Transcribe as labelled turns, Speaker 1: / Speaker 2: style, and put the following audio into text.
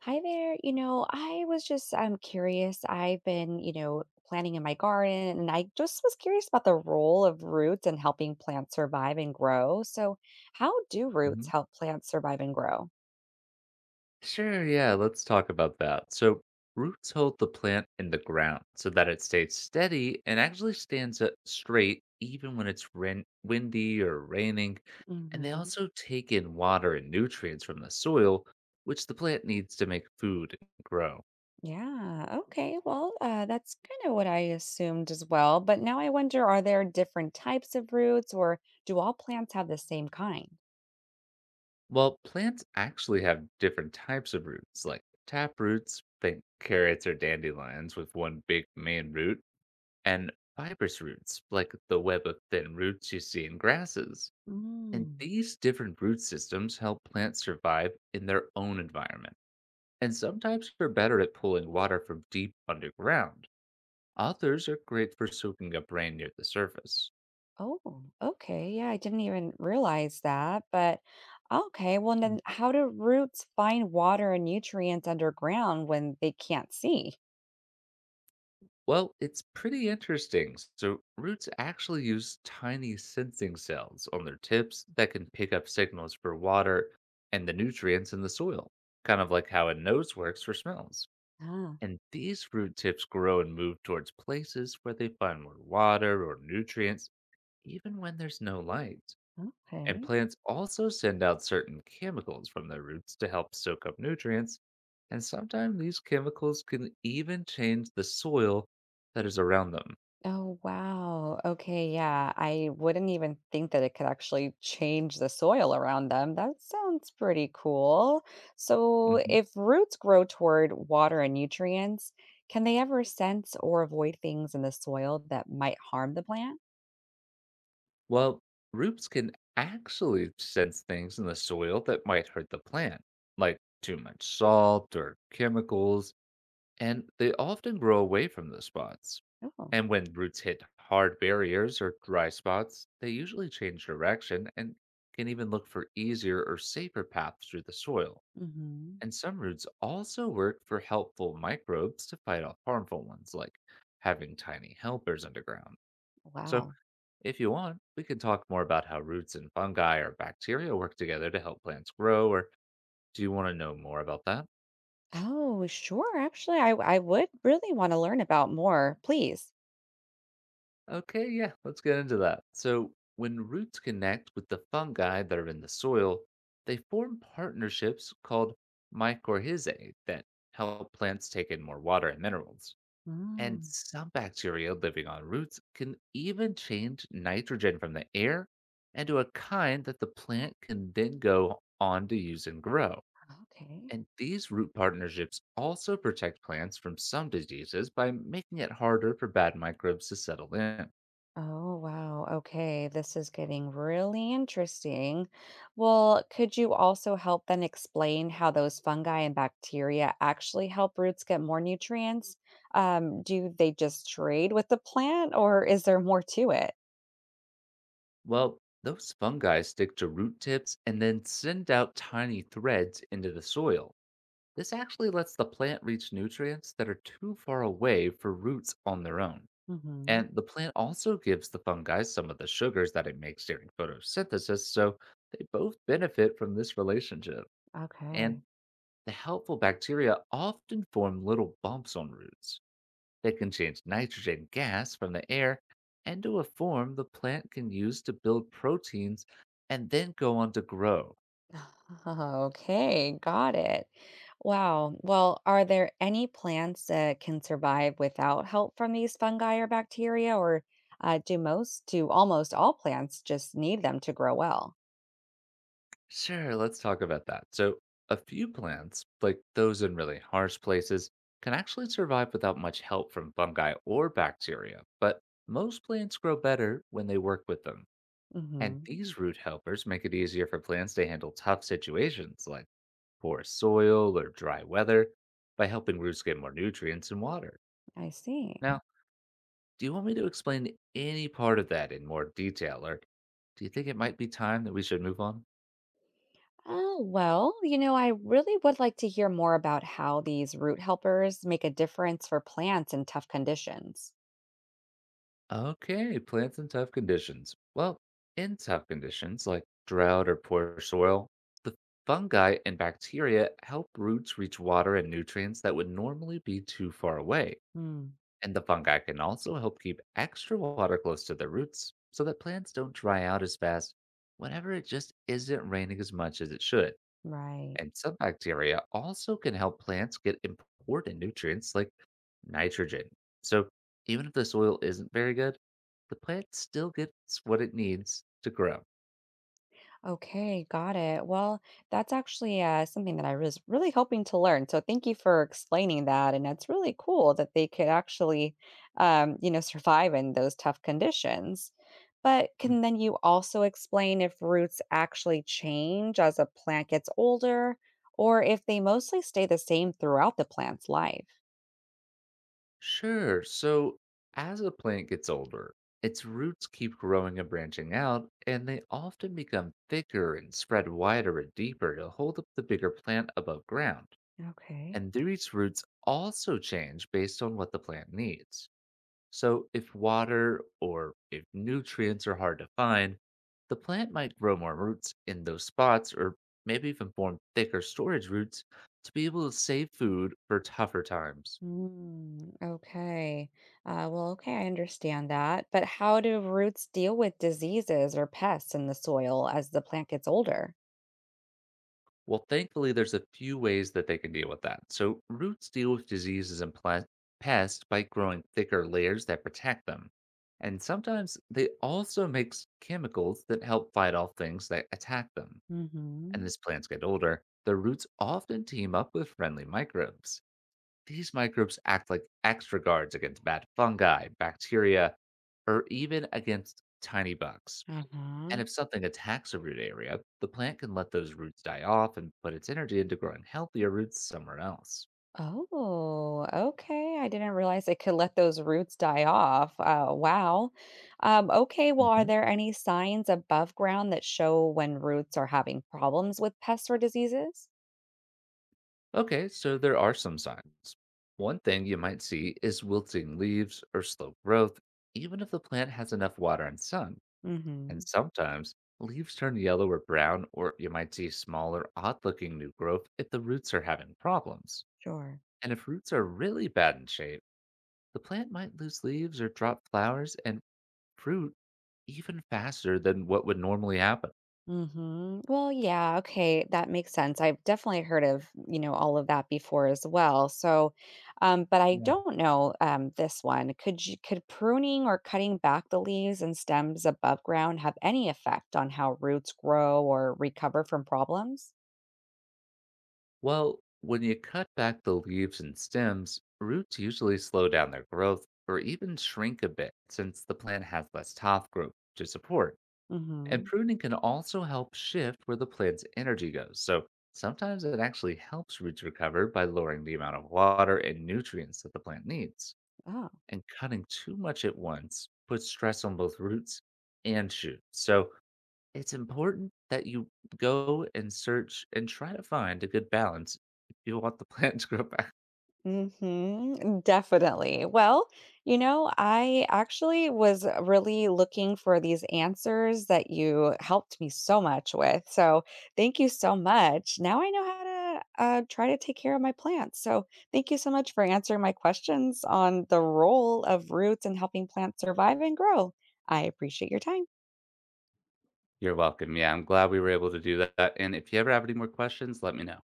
Speaker 1: Hi there. I was just I'm curious. I've been, planting in my garden and I just was curious about the role of roots in helping plants survive and grow. So, how do roots
Speaker 2: Mhm.
Speaker 1: help plants survive and grow?
Speaker 2: Sure, yeah, let's talk about that. So, roots hold the plant in the ground so that it stays steady and actually stands up straight even when it's windy or raining. And they
Speaker 1: Mhm.
Speaker 2: also take in water and nutrients from the soil, which the plant needs to make food and grow.
Speaker 1: Yeah. Okay. Well, that's kind of what I assumed as well. But now I wonder, are there different types of roots or do all plants have the same kind?
Speaker 2: Well, plants actually have different types of roots, like tap roots, think carrots or dandelions with one big main root, and fibrous roots, like the web of thin roots you see in grasses. And these different root systems help plants survive in their own environment. And some types are better at pulling water from deep underground. Others are great for soaking up rain near the surface.
Speaker 1: Oh, okay. Yeah, I didn't even realize that. But okay, well, then how do roots find water and nutrients underground when they can't see?
Speaker 2: Well, it's pretty interesting. So, roots actually use tiny sensing cells on their tips that can pick up signals for water and the nutrients in the soil, kind of like how a nose works for smells.
Speaker 1: Ah,
Speaker 2: And these root tips grow and move towards places where they find more water or nutrients, even when there's no light. And
Speaker 1: okay.
Speaker 2: plants also send out certain chemicals from their roots to help soak up nutrients. And sometimes these chemicals can even change the soil that is around them.
Speaker 1: Oh, wow. Okay, yeah. I wouldn't even think that it could actually change the soil around them. That sounds pretty cool. So,
Speaker 2: hmm
Speaker 1: if roots grow toward water and nutrients, can they ever sense or avoid things in the soil that might harm the plant?
Speaker 2: Well, roots can actually sense things in the soil that might hurt the plant, like too much salt or chemicals, and they often grow away from those spots.
Speaker 1: Oh,
Speaker 2: And when roots hit hard barriers or dry spots, they usually change direction and can even look for easier or safer paths through the soil.
Speaker 1: mm-hmm.
Speaker 2: And some roots also work for helpful microbes to fight off harmful ones, like having tiny helpers underground. So,
Speaker 1: Wow.
Speaker 2: if you want, we can talk more about how roots and fungi or bacteria work together to help plants grow, or do you want to know more about that?
Speaker 1: Oh, sure. Actually, I would really want to learn about more, please.
Speaker 2: Okay, yeah, let's get into that. So, when roots connect with the fungi that are in the soil, they form partnerships called mycorrhizae that help plants take in more water and minerals. And
Speaker 1: Mm.
Speaker 2: some bacteria living on roots can even change nitrogen from the air into a kind that the plant can then go on to use and grow.
Speaker 1: Okay.
Speaker 2: And these root partnerships also protect plants from some diseases by making it harder for bad microbes to settle in.
Speaker 1: Oh, wow. Okay. This is getting really interesting. Well, could you also help then explain how those fungi and bacteria actually help roots get more nutrients? Do they just trade with the plant or is there more to it?
Speaker 2: Well, those fungi stick to root tips and then send out tiny threads into the soil. This actually lets the plant reach nutrients that are too far away for roots on their own.
Speaker 1: Hmm.
Speaker 2: And the plant also gives the fungi some of the sugars that it makes during photosynthesis, so they both benefit from this relationship. And
Speaker 1: Okay.
Speaker 2: the helpful bacteria often form little bumps on roots. They can change nitrogen gas from the air into a form the plant can use to build proteins and then go on to grow.
Speaker 1: Oh, okay, got it. Wow. Well, are there any plants that can survive without help from these fungi or bacteria, or do almost all plants just need them to grow well?
Speaker 2: Sure, let's talk about that. So, a few plants, like those in really harsh places, can actually survive without much help from fungi or bacteria, but most plants grow better when they work with them. And
Speaker 1: Hmm.
Speaker 2: these root helpers make it easier for plants to handle tough situations like poor soil or dry weather by helping roots get more nutrients and water.
Speaker 1: I see.
Speaker 2: Now, do you want me to explain any part of that in more detail, or do you think it might be time that we should move on?
Speaker 1: Oh, well, I really would like to hear more about how these root helpers make a difference for plants in tough conditions.
Speaker 2: Okay, plants in tough conditions. Well, in tough conditions like drought or poor soil, the fungi and bacteria help roots reach water and nutrients that would normally be too far away.
Speaker 1: Mm,
Speaker 2: And the fungi can also help keep extra water close to their roots so that plants don't dry out as fast whenever it just isn't raining as much as it should.
Speaker 1: right.
Speaker 2: And some bacteria also can help plants get important nutrients like nitrogen. So even if the soil isn't very good, the plant still gets what it needs to grow.
Speaker 1: Okay, got it. Well, that's actually something that I was really hoping to learn. So thank you for explaining that. And it's really cool that they could actually, survive in those tough conditions. But can
Speaker 2: Mm.
Speaker 1: then you also explain if roots actually change as a plant gets older, or if they mostly stay the same throughout the plant's life?
Speaker 2: Sure, so as a plant gets older, its roots keep growing and branching out, and they often become thicker and spread wider and deeper to hold up the bigger plant above ground.
Speaker 1: Okay.
Speaker 2: And these roots also change based on what the plant needs. So, if water or if nutrients are hard to find, the plant might grow more roots in those spots or maybe even form thicker storage roots to be able to save food for tougher times.
Speaker 1: Mm, okay. Well, okay, I understand that. But how do roots deal with diseases or pests in the soil as the plant gets older?
Speaker 2: Well, thankfully, there's a few ways that they can deal with that. So, roots deal with diseases and plant pests by growing thicker layers that protect them. And sometimes they also make chemicals that help fight off things that attack them. And
Speaker 1: Mm-hmm.
Speaker 2: as plants get older, their roots often team up with friendly microbes. These microbes act like extra guards against bad fungi, bacteria, or even against tiny bugs. And
Speaker 1: Uh-huh.
Speaker 2: if something attacks a root area, the plant can let those roots die off and put its energy into growing healthier roots somewhere else.
Speaker 1: Oh, okay. I didn't realize it could let those roots die off. Wow. Okay, well, are
Speaker 2: Mhm.
Speaker 1: there any signs above ground that show when roots are having problems with pests or diseases?
Speaker 2: Okay, so there are some signs. One thing you might see is wilting leaves or slow growth, even if the plant has enough water and sun.
Speaker 1: Mm-hmm.
Speaker 2: And sometimes leaves turn yellow or brown, or you might see smaller, odd looking new growth if the roots are having problems.
Speaker 1: Sure.
Speaker 2: And if roots are really bad in shape, the plant might lose leaves or drop flowers and fruit even faster than what would normally happen.
Speaker 1: Hmm. Well, yeah, okay, that makes sense. I've definitely heard of, all of that before as well. So, but I
Speaker 2: Yeah.
Speaker 1: don't know this one. Could pruning or cutting back the leaves and stems above ground have any effect on how roots grow or recover from problems?
Speaker 2: Well, when you cut back the leaves and stems, roots usually slow down their growth or even shrink a bit since the plant has less top growth to support. And
Speaker 1: Mm-hmm.
Speaker 2: pruning can also help shift where the plant's energy goes. So sometimes it actually helps roots recover by lowering the amount of water and nutrients that the plant needs.
Speaker 1: Oh.
Speaker 2: And cutting too much at once puts stress on both roots and shoots. So it's important that you go and search and try to find a good balance if you want the plant to grow back.
Speaker 1: Mhm, definitely. Well, I actually was really looking for these answers that you helped me so much with. So, thank you so much. Now I know how to try to take care of my plants. So, thank you so much for answering my questions on the role of roots and helping plants survive and grow. I appreciate your time.
Speaker 2: You're welcome. Yeah, I'm glad we were able to do that. And if you ever have any more questions, let me know.